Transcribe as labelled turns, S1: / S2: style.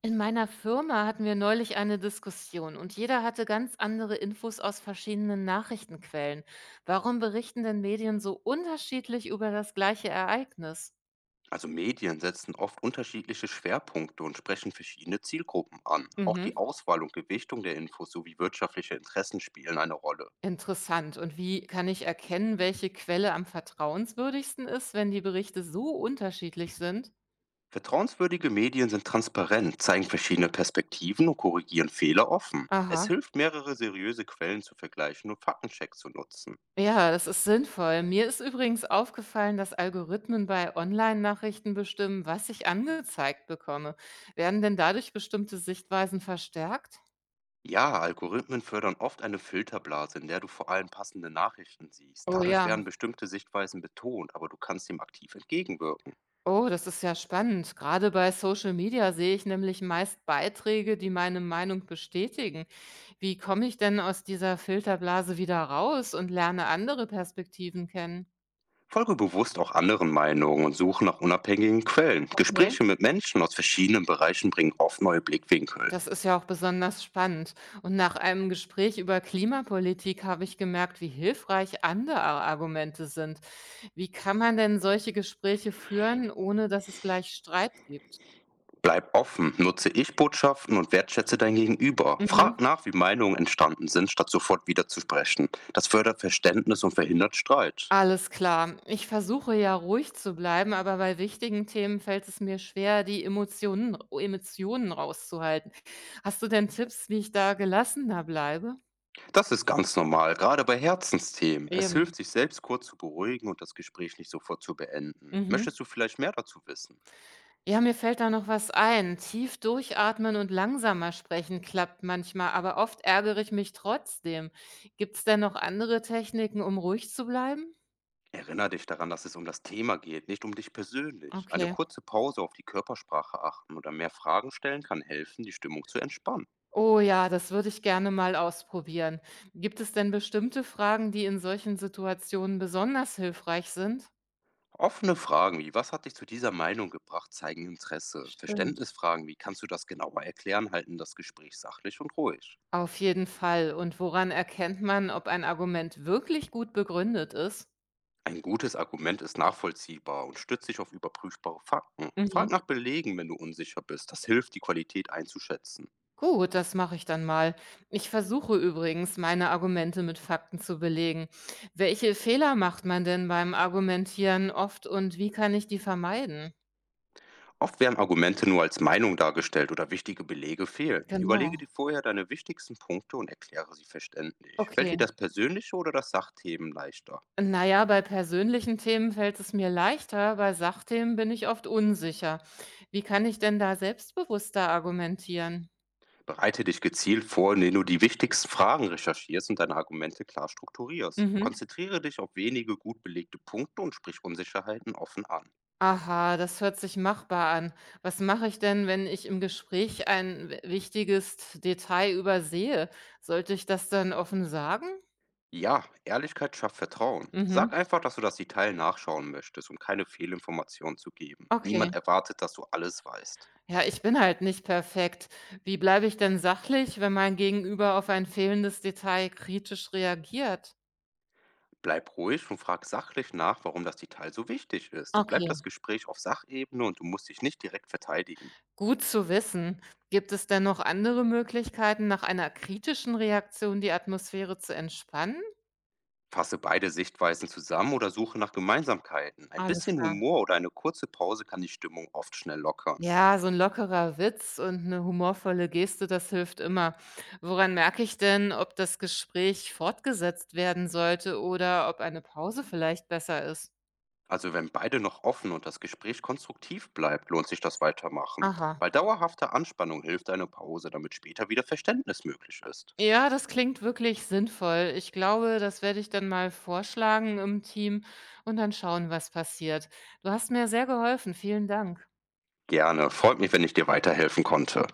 S1: In meiner Firma hatten wir neulich eine Diskussion und jeder hatte ganz andere Infos aus verschiedenen Nachrichtenquellen. Warum berichten denn Medien so unterschiedlich über das gleiche Ereignis?
S2: Also Medien setzen oft unterschiedliche Schwerpunkte und sprechen verschiedene Zielgruppen an. Auch die
S1: Mhm.
S2: Auswahl und Gewichtung der Infos sowie wirtschaftliche Interessen spielen eine Rolle.
S1: Interessant. Und wie kann ich erkennen, welche Quelle am vertrauenswürdigsten ist, wenn die Berichte so unterschiedlich sind?
S2: Vertrauenswürdige Medien sind transparent, zeigen verschiedene Perspektiven und korrigieren Fehler offen. Es
S1: Aha.
S2: hilft, mehrere seriöse Quellen zu vergleichen und Faktenchecks zu nutzen.
S1: Ja, das ist sinnvoll. Mir ist übrigens aufgefallen, dass Algorithmen bei Online-Nachrichten bestimmen, was ich angezeigt bekomme. Werden denn dadurch bestimmte Sichtweisen verstärkt?
S2: Ja, Algorithmen fördern oft eine Filterblase, in der du vor allem passende Nachrichten siehst.
S1: Oh
S2: Dadurch
S1: ja.
S2: werden bestimmte Sichtweisen betont, aber du kannst dem aktiv entgegenwirken.
S1: Oh, das ist ja spannend. Gerade bei Social Media sehe ich nämlich meist Beiträge, die meine Meinung bestätigen. Wie komme ich denn aus dieser Filterblase wieder raus und lerne andere Perspektiven kennen?
S2: Folge bewusst auch anderen Meinungen und suche nach unabhängigen Quellen.
S1: Okay.
S2: Gespräche mit Menschen aus verschiedenen Bereichen bringen oft neue Blickwinkel.
S1: Das ist ja auch besonders spannend. Und nach einem Gespräch über Klimapolitik habe ich gemerkt, wie hilfreich andere Argumente sind. Wie kann man denn solche Gespräche führen, ohne dass es gleich Streit gibt?
S2: Bleib offen, nutze Ich-Botschaften und wertschätze dein Gegenüber.
S1: Mhm.
S2: Frag nach, wie Meinungen entstanden sind, statt sofort wieder. Das fördert Verständnis und verhindert Streit.
S1: Alles klar. Ich versuche ja ruhig zu bleiben, aber bei wichtigen Themen fällt es mir schwer, die Emotionen rauszuhalten. Hast du denn Tipps, wie ich da gelassener bleibe?
S2: Das ist ganz normal, gerade bei Herzensthemen. Es
S1: Eben.
S2: hilft, sich selbst kurz zu beruhigen und das Gespräch nicht sofort zu beenden.
S1: Mhm.
S2: Möchtest du vielleicht mehr dazu wissen?
S1: Ja, mir fällt da noch was ein. Tief durchatmen und langsamer sprechen klappt manchmal, aber oft ärgere ich mich trotzdem. Gibt es denn noch andere Techniken, um ruhig zu bleiben?
S2: Erinnere dich daran, dass es um das Thema geht, nicht um dich persönlich. Eine
S1: Okay.
S2: kurze Pause, auf die Körpersprache achten oder mehr Fragen stellen kann helfen, die Stimmung zu entspannen.
S1: Oh ja, das würde ich gerne mal ausprobieren. Gibt es denn bestimmte Fragen, die in solchen Situationen besonders hilfreich sind?
S2: Offene Fragen wie "Was hat dich zu dieser Meinung gebracht?" zeigen Interesse.
S1: Stimmt.
S2: Verständnisfragen wie "Kannst du das genauer erklären?" halten das Gespräch sachlich und ruhig.
S1: Auf jeden Fall. Und woran erkennt man, ob ein Argument wirklich gut begründet ist?
S2: Ein gutes Argument ist nachvollziehbar und stützt sich auf überprüfbare Fakten. Frag
S1: Mhm.
S2: nach Belegen, wenn du unsicher bist. Das hilft, die Qualität einzuschätzen.
S1: Gut, das mache ich dann mal. Ich versuche übrigens, meine Argumente mit Fakten zu belegen. Welche Fehler macht man denn beim Argumentieren oft und wie kann ich die vermeiden?
S2: Oft werden Argumente nur als Meinung dargestellt oder wichtige Belege fehlen. Überlege dir
S1: Genau.
S2: vorher deine wichtigsten Punkte und erkläre sie verständlich. Fällt
S1: Okay.
S2: dir das persönliche oder das Sachthemen leichter?
S1: Na ja, bei persönlichen Themen fällt es mir leichter, bei Sachthemen bin ich oft unsicher. Wie kann ich denn da selbstbewusster argumentieren?
S2: Bereite dich gezielt vor, indem du die wichtigsten Fragen recherchierst und deine Argumente klar strukturierst.
S1: Mhm.
S2: Konzentriere dich auf wenige gut belegte Punkte und sprich Unsicherheiten offen an.
S1: Aha, das hört sich machbar an. Was mache ich denn, wenn ich im Gespräch ein wichtiges Detail übersehe? Sollte ich das dann offen sagen?
S2: Ja, Ehrlichkeit schafft Vertrauen. Sag
S1: Mhm.
S2: einfach, dass du das Detail nachschauen möchtest, um keine Fehlinformationen zu geben. Niemand
S1: Okay.
S2: erwartet, dass du alles weißt.
S1: Ja, ich bin halt nicht perfekt. Wie bleibe ich denn sachlich, wenn mein Gegenüber auf ein fehlendes Detail kritisch reagiert?
S2: Bleib ruhig und frag sachlich nach, warum das Detail so wichtig ist. So bleibt
S1: Okay.
S2: das Gespräch auf Sachebene und du musst dich nicht direkt verteidigen.
S1: Gut zu wissen. Gibt es denn noch andere Möglichkeiten, nach einer kritischen Reaktion die Atmosphäre zu entspannen?
S2: Fasse beide Sichtweisen zusammen oder suche nach Gemeinsamkeiten. Ein
S1: Alles
S2: bisschen
S1: klar.
S2: Humor oder eine kurze Pause kann die Stimmung oft schnell lockern.
S1: Ja, so ein lockerer Witz und eine humorvolle Geste, das hilft immer. Woran merke ich denn, ob das Gespräch fortgesetzt werden sollte oder ob eine Pause vielleicht besser ist?
S2: Also wenn beide noch offen und das Gespräch konstruktiv bleibt, lohnt sich das Weitermachen.
S1: Aha.
S2: Bei dauerhafter Anspannung hilft eine Pause, damit später wieder Verständnis möglich ist.
S1: Ja, das klingt wirklich sinnvoll. Ich glaube, das werde ich dann mal vorschlagen im Team und dann schauen, was passiert. Du hast mir sehr geholfen. Vielen Dank.
S2: Gerne, freut mich, wenn ich dir weiterhelfen konnte.